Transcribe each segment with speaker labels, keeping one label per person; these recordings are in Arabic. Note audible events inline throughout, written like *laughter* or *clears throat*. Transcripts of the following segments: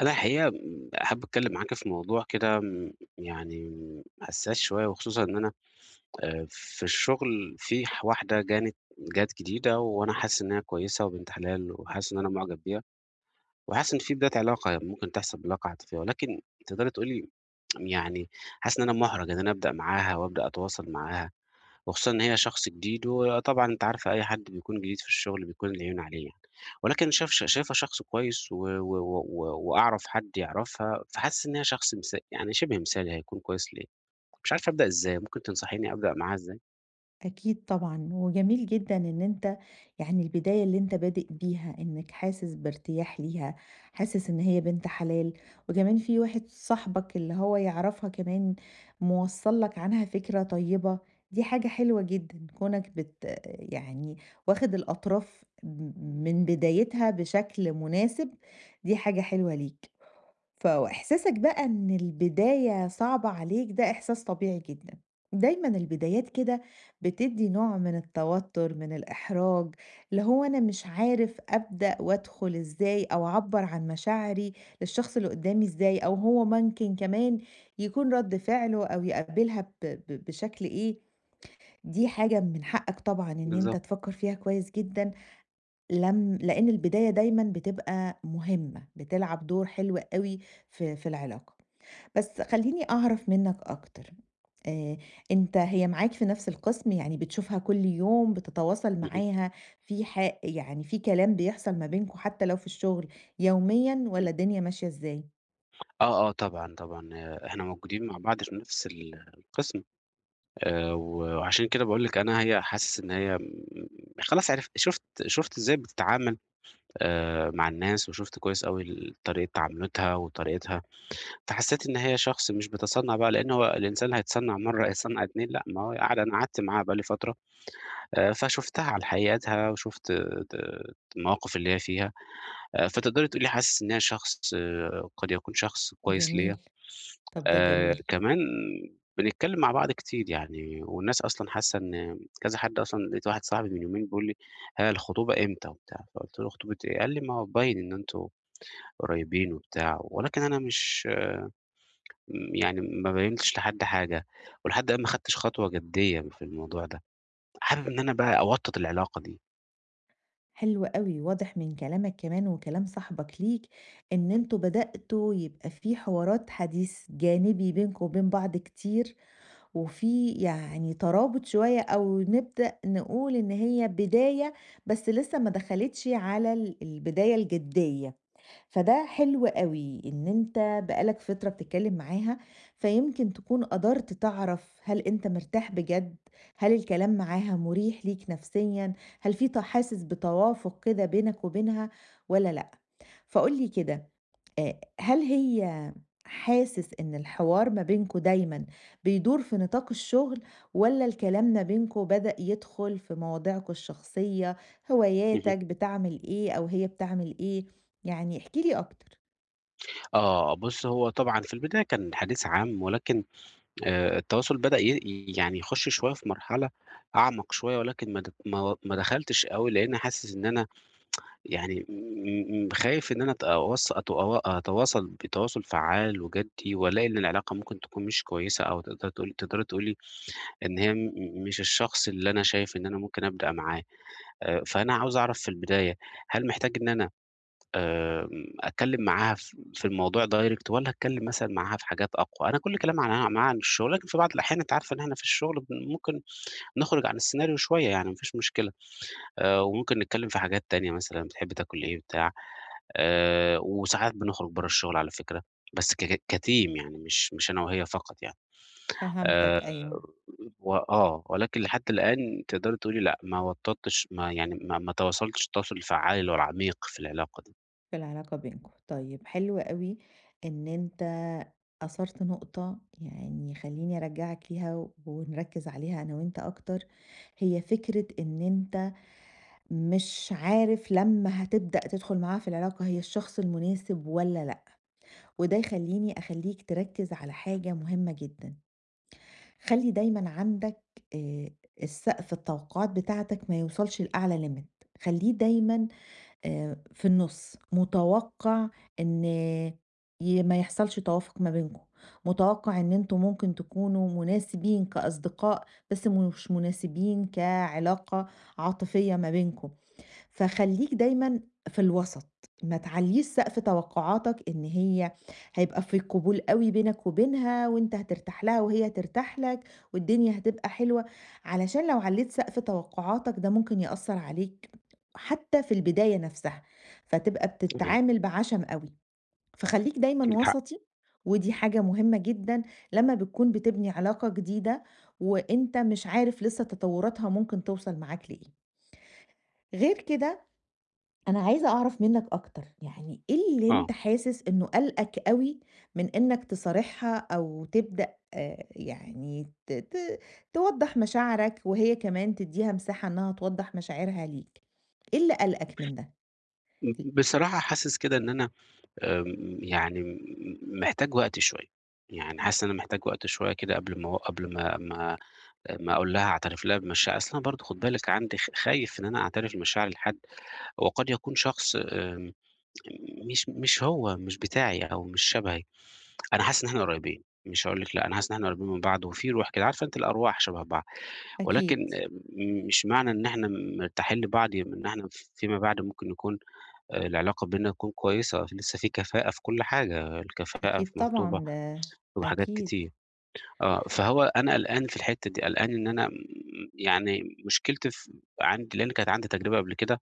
Speaker 1: أنا الحقيقة حابب أتكلّم معاك في موضوع كده يعني حسّاس شوية، وخصوصًا إن أنا في الشغل في واحدة جات جديدة، وأنا حاسس إن هي كويسة وبنت حلال، وحاسس إن أنا معجب بيها، وحاسس إن في بداية علاقة ممكن تحصل بالعلاقة العاطفية، ولكن تقدري تقولي يعني حاسس إن أنا مُحرَج إن أنا أبدأ معاها وأبدأ أتواصل معاها. وخصوصًا إن هي شخص جديد، وطبعًا أنتِ عارفة أي حد بيكون جديد في الشغل بيكون العيون عليه يعني، ولكن شايفها شخص كويس و و و و وأعرف حد يعرفها، فحاسس إن هي شخص يعني شبه مثالي، هيكون كويس ليّا. مش عارف أبدأ إزاي، ممكن تنصحيني أبدأ معاها إزاي؟
Speaker 2: أكيد طبعًا، وجميل جدًا إن أنت يعني البداية اللي أنت بادئ بيها إنك حاسس بارتياح ليها، حاسس إن هي بنت حلال، وكمان في واحد صاحبك اللي هو يعرفها كمان موصّل لك عنها فكرة طيبة، دي حاجة حلوة جدًا، كونك بت يعني واخد الأطراف من بدايتها بشكل مناسب، دي حاجة حلوة ليك. فإحساسك بقى إن البداية صعبة عليك ده إحساس طبيعي جدًا، دايمًا البدايات كده بتدّي نوع من التوتر، من الإحراج، اللي هو أنا مش عارف أبدأ وأدخل إزاي أو أعبّر عن مشاعري للشخص اللي قدّامي إزاي، أو هو ممكن كمان يكون رَد فعله أو يقبّلها ب ب بشكل إيه، دي حاجة من حقك طبعًا إن أنت
Speaker 1: بالضبط.
Speaker 2: تفكّر فيها كويس جدًا لم لأن البداية دايمًا بتبقى مهمة، بتلعب دور حلو أوي في العلاقة. بس خلّيني أعرف منّك أكتر، آآ أنت هي معاك في نفس القسم، يعني بتشوفها كل يوم، بتتواصل
Speaker 1: اهم.
Speaker 2: معاها، في ح يعني في كلام بيحصل ما بينكم حتى لو في الشغل يوميًا
Speaker 1: إمم.
Speaker 2: والّا الدنيا ماشية إزاي؟
Speaker 1: آه، آه طبعًا، طبعًا، آه، إحنا موجودين مع بعض في نفس القسم، وعشان كده باقول لِك أنا هي حاسس إن هي خلاص عرفت شُفت إزاي بتتعامل مع الناس، وشُفت كويس أوي طريقة تعاملاتها وطريقتها، فحسّيت إن هي شخص مش بيتصنّع بقى. لإن هو الإنسان هيتصنّع مرّة، هيتصنّع 2 لأ، ما هو قاعد، أنا قعدت معاها بقى لي فترة، فشُفتها على حقيقتها وشُفت ت المواقف اللي هي فيها، فتقدري تقولي حاسس إن هي شخص آه، قد يكون شخص كويس
Speaker 2: جميل،
Speaker 1: ليّا.
Speaker 2: طَب ده جميل.
Speaker 1: كمان بنتكلّم مع بعض كتير يعني، والناس أصلًا حاسّة إن كذا حد. أصلًا لقيت واحد صاحبي من يومين بيقول لي: "ها الخطوبة إمتى وبتاع؟" فقُلت له: "خطوبة إيه؟" قال لي: "ما هو باين إن أنتم" قريبين وبتاع، ولكن أنا مش يعني ما بيّنتش لحد حاجة، ولحد الآن ما خدتش خطوة جدية في الموضوع ده. حابب إن أنا بقى أوطّد العلاقة دي.
Speaker 2: حلو أوي، واضح من كلامك كمان وكلام صاحبك ليك إن أنتم بدأتوا يبقى في حوارات حديث جانبي بينكم وبين بعض كتير، وفي يعني ترابط شوية أو نبدأ نقول إن هي بداية بس لسه ما دخلتش على البداية الجدية، فده حلو أوي إن أنت بقى لك فترة بتتكلم معاها، فيمكن تكون قدرت تعرف هل أنت مرتاح بجد، هل الكلام معاها مريح ليك نفسيًا، هل في حاسس بتوافق كده بينك وبينها والّا لأ؟ فقُل لي كده هل هي حاسس إن الحوار ما بينكم دايمًا بيدور في نطاق الشغل والّا الكلام ما بينكم بدأ يدخل في مواضيعكم الشخصية،
Speaker 1: اهم.
Speaker 2: هواياتك، بتعمل إيه أو هي بتعمل إيه؟ يعني احكِ لي أكتر.
Speaker 1: آه، بُص، هو طبعًا في البداية كان حديث عام، ولكن التواصل بدأ يعني يخش شوية في مرحلة أعمق شوية، ولكن ما د ما ما دخلتش أوي، لإن حاسس إن أنا يعني م م خايف إن أنا أتوص أتو أتواصل بتواصل فعّال وجدي، والاقي إن العلاقة ممكن تكون مش كويسة، أو تقدري تقولي إن هي مش الشخص اللي أنا شايف إن أنا ممكن أبدأ معاه، فأنا عاوز أعرف في البداية، هل محتاج إن أنا أتكلم معاها في الموضوع direct، والّا أتكلم مثلًا معاها في حاجات أقوى؟ أنا كل كلام عنها معاها عن الشغل، لكن في بعض الأحيان أنتِ عارفة إن إحنا في الشغل ممكن نخرج عن السيناريو شوية، يعني ما فيش مشكلة. وممكن نتكلم في حاجات تانية، مثلًا بتحب تاكل إيه بتاع، وساعات بنخرج برّه الشغل على فكرة، بس كteam يعني، مش أنا وهي فقط يعني.
Speaker 2: فهمتك
Speaker 1: آآ
Speaker 2: أيوه،
Speaker 1: وآه، ولكن لحد الآن تقدري تقولي لأ، ما وطّطتش ما يعني ما ما تواصلتش التواصل الفعّال اللي هو العميق في العلاقة دي.
Speaker 2: في العلاقة بينكم. طيب حلو أوي إن أنت أثرت نقطة يعني خلّيني أرجّعك ليها ونركّز عليها أنا وأنت أكتر، هي فكرة إن أنت مش عارف لمّا هتبدأ تدخل معاه في العلاقة هي الشخص المناسب والّا لأ، وده يخلّيني أخلّيك تركّز على حاجة مهمة جدًا، خلّي دايمًا عندك آآ السقف التوقعات بتاعتك ما يوصلش لأعلى limit خلّيه دايمًا في النُص، متوقّع إن ما يحصلش توافُق ما بينكم، متوقّع إن أنتم ممكن تكونوا مناسبين كأصدقاء بس مش مناسبين كعلاقة عاطفية ما بينكم. فخلّيك دايمًا في الوسط، ما تعلّيش سقف توقعاتك إن هي هيبقى في قبول أوي بينك وبينها وأنت هترتاح لها وهي هترتاح لك والدنيا هتبقى حلوة، علشان لو علّيت سقف توقعاتك ده ممكن يأثّر عليك حتى في البداية نفسها، فتبقى
Speaker 1: تمام.
Speaker 2: بتتعامل بعَشَم أوي، فخلّيك دايمًا
Speaker 1: ليكِ حق.
Speaker 2: وسطي ودي حاجة مهمة جدًا لمّا بتكون بتبني علاقة جديدة وأنت مش عارف لسه تطوّراتها ممكن توصل معاك لإيه. غير كده أنا عايزة أعرف منّك أكتر، يعني إيه اللي
Speaker 1: آه.
Speaker 2: أنت حاسس إنه قلقك أوي من إنّك تصارحها أو تبدأ يعني ت ت توضّح مشاعرك وهي كمان تدّيها مساحة إنّها توضّح مشاعرها ليك، إيه اللي قلقك من ده؟ ال
Speaker 1: بصراحة حاسس كده إن أنا يعني محتاج وقت شوية، يعني حاسس إن أنا محتاج وقت شوية كده، قبل ما أقول لها أعترف لها بمشاعري. أصل أنا برضه خُدي بالِك، عندي خايف إن أنا أعترف بمشاعري لحد، وقد يكون شخص مش هو، مش بتاعي أو مش شبهي. أنا حاسس إن إحنا قريبين، مش هاقول لِك لأ، أنا حاسس إن إحنا قريبين من بعض، وفي روح كده، عارفة أنتِ الأرواح شبه بعض، ولكن
Speaker 2: أكيد،
Speaker 1: مش معنى إن إحنا مرتاحين لبعض يبقى إن إحنا فيما بعد ممكن نكون العلاقة بيننا تكون كويسة، لسه في كفاءة في كل حاجة، الكفاءة
Speaker 2: أكيد
Speaker 1: مطلوبة
Speaker 2: طبعًا ده
Speaker 1: في حاجات
Speaker 2: أكيد،
Speaker 1: كتير. آه، فهو أنا قلقان في الحتة دي، قلقان إن أنا يعني مشكلتي عندي، لإن كانت عندي تجربة قبل كده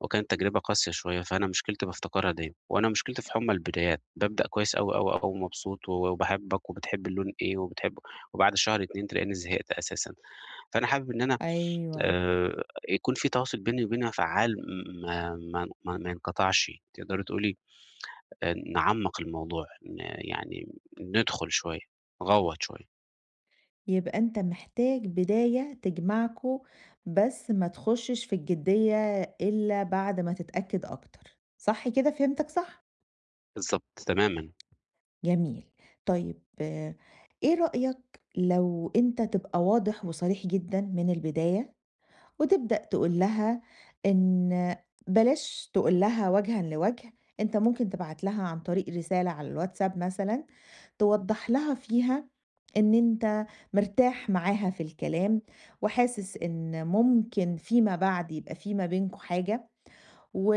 Speaker 1: وكانت تجربة قاسية شوية، فأنا مشكلتي بافتكرها دايمًا، وأنا مشكلتي في حُمّى البدايات، بابدأ كويس أوي، أوي، أوي، ومبسوط وباحبك وبتحب اللون إيه وبتحب، وبعد شهر 2 تلاقيني زهقت أساسًا. فأنا حابب إن أنا
Speaker 2: أيوه.
Speaker 1: آآ يكون في تواصل بيني وبينها فعّال ما ينقطعش، تقدري تقولي نعمّق الموضوع، يعني ندخل شوية، نغوّط شوية.
Speaker 2: يبقى أنت محتاج بداية تجمعكم، بس ما تخشش في الجدية إلا بعد ما تتأكد أكتر، صح كده فهمتك صح؟
Speaker 1: بالضبط، تمامًا.
Speaker 2: جميل، طيب إيه رأيك لو أنت تبقى واضح وصريح جدًا من البداية، وتبدأ تقول لها إن بلاش تقول لها وجهًا لوجه، أنت ممكن تبعت لها عن طريق رسالة على الواتساب مثلًا توضّح لها فيها إن أنت مرتاح معاها في الكلام، وحاسس إن ممكن فيما بعد يبقى في ما بينكم حاجة، و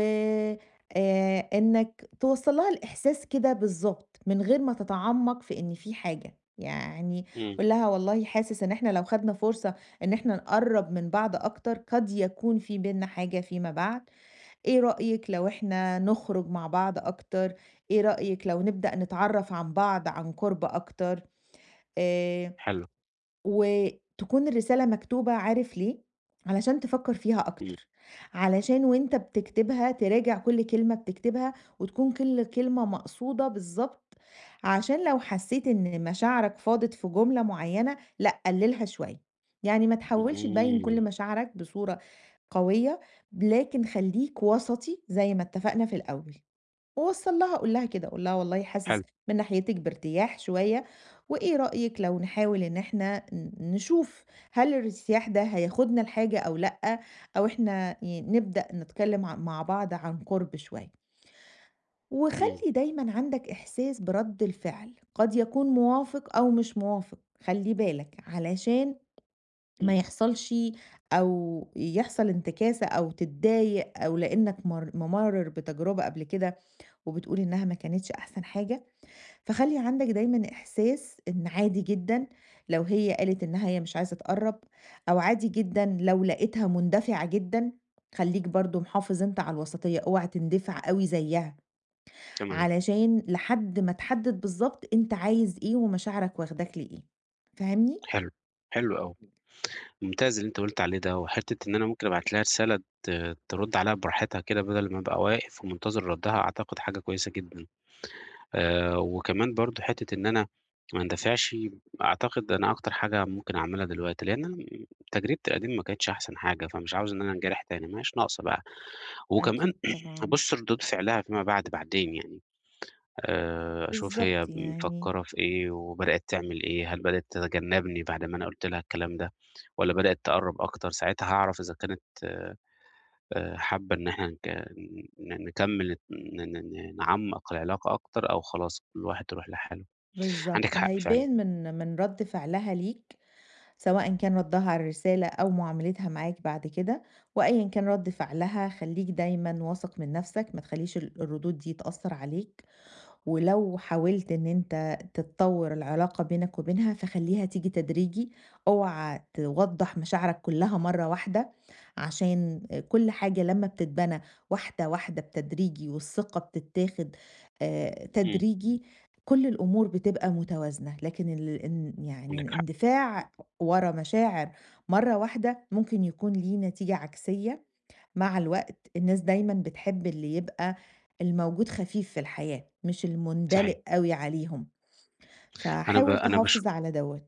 Speaker 2: إنّك توصّل لها الإحساس كده بالضبط، من غير ما تتعمّق في إن في حاجة، يعني
Speaker 1: إمم.
Speaker 2: قُل لها والله حاسس إن إحنا لو خدنا فرصة إن إحنا نقرّب من بعض أكتر، قد يكون في بيننا حاجة فيما بعد، إيه رأيك لو إحنا نخرج مع بعض أكتر؟ إيه رأيك لو نبدأ نتعرف عن بعض عن قُرب أكتر؟ آآ،
Speaker 1: حلو.
Speaker 2: وتكون الرسالة مكتوبة عارف ليه؟ علشان تفكّر فيها
Speaker 1: إمم.
Speaker 2: أكتر، علشان وأنت بتكتبها تراجع كل كلمة بتكتبها، وتكون كل كلمة مقصودة بالضبط، عشان لو حسيت إن مشاعرك فاضت في جملة معيّنة، لأ قللها شوية، يعني ما تحاولش تبيّن كل
Speaker 1: إمم.
Speaker 2: مشاعرك بصورة قوية، لكن خلّيك وسطي زي ما اتفقنا في الأول، ووصّل لها قُل لها كده، قُل لها والله حاسس
Speaker 1: حلو.
Speaker 2: من ناحيتِك بارتياح شوية، وإيه رأيك لو نحاول إن إحنا نشوف هل الارتياح ده هياخدنا لحاجة أو لأ، أو إحنا نبدأ نتكلم مع بعض عن قُرب شوية.
Speaker 1: إمم.
Speaker 2: وخلّي دايمًا عندك إحساس برَد الفعل، قد يكون موافق أو مش موافق، خلّي بالك علشان ما
Speaker 1: إمم.
Speaker 2: يحصلش أو يحصل انتكاسة أو تتضايق أو لإنك ممرّر بتجربة قبل كده وبتقول إنها ما كانتش أحسن حاجة، فخلّي عندك دايمًا إحساس إن عادي جدًا لو هي قالت إنها هي مش عايزة تقرّب، أو عادي جدًا لو لقيتها مندفعة جدًا، خلّيك برضه محافظ أنت على الوسطية، اوعى تندفع أوي زيّها،
Speaker 1: تمام.
Speaker 2: علشان لحد ما تحدد بالضبط أنت عايز إيه ومشاعرك واخداك لإيه، فاهمني؟
Speaker 1: حلو. حلو أوي. ممتاز اللي أنت قُلت عليه ده، وحتّة إن أنا ممكن أبعت لها رسالة ترُد عليّا براحتها كده بدل ما أبقى واقف ومنتظر ردّها، أعتقد حاجة كويسة جدًا. وكمان برضه حتّة إن أنا ما اندفعش، أعتقد أنا أكتر حاجة ممكن أعملها دلوقتي، لإن أنا تجربتي القديمة ما كانتش أحسن حاجة، فمش عاوز إن أنا أنجرح تاني، ما هياش ناقصة بقى. وكمان
Speaker 2: أكيد
Speaker 1: *clears throat*
Speaker 2: طبعًا.
Speaker 1: هابُص لردود فعلها فيما بعد بعدين يعني. أشوف هي
Speaker 2: بالضبط يعني.
Speaker 1: مفكّرة في إيه وبدأت تعمل إيه، هل بدأت تتجنّبني بعد ما أنا قُلت لها الكلام ده، والّا بدأت تقرّب أكتر؟ ساعتها هاعرف إذا كانت حابة إن إحنا نك ن نكمّل ن ن نعمّق العلاقة أكتر، أو خلاص كل واحد يروح لحاله. عندِك
Speaker 2: بالضبط،
Speaker 1: حق فعلًا.
Speaker 2: هيبان من رَد فعلها ليك، سواء كان ردّها على الرسالة أو معاملتها معاك بعد كده، وأيًا كان رَد فعلها خلّيك دايمًا واثق من نَفْسك، ما تخلّيش الردود دي تأثّر عليك. ولو حاولت إن أنت تتطور العلاقة بينك وبينها فخلّيها تيجي تدريجي، اوعى توضّح مشاعرك كلّها مرّة واحدة، عشان كل حاجة لمّا بتتبنى واحدة، واحدة بتدريجي والثقة بتتاخد
Speaker 1: إمم.
Speaker 2: تدريجي، كل الأمور بتبقى متوازنة، لكن ال إن يعني
Speaker 1: عندِك حق.
Speaker 2: الاندفاع ورا مشاعر مرّة واحدة ممكن يكون ليه نتيجة عكسية مع الوقت الناس دايمًا بتحب اللي يبقى الموجود خفيف في الحياة، مش
Speaker 1: صحيح.
Speaker 2: المُندلق أوي عليهم،
Speaker 1: أنا ب
Speaker 2: فحاول
Speaker 1: أنا باش
Speaker 2: تحافظ على دوّة.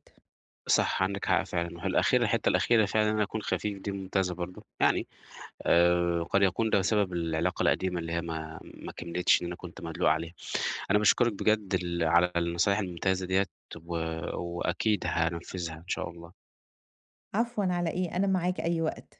Speaker 1: صح، عندِك حق فعلًا، وفي الأخير الحتّة الأخيرة فعلًا أنا أكون خفيف دي ممتازة برضه، يعني قد يكون ده بسبب العلاقة القديمة اللي هي ما كملتش، إن أنا كنت مدلوق عليها. أنا باشكرِك بجد على النصايح الممتازة ديّة و وأكيد هانفذها إن شاء الله.
Speaker 2: عفوًا على إيه، أنا معاك أي وقت.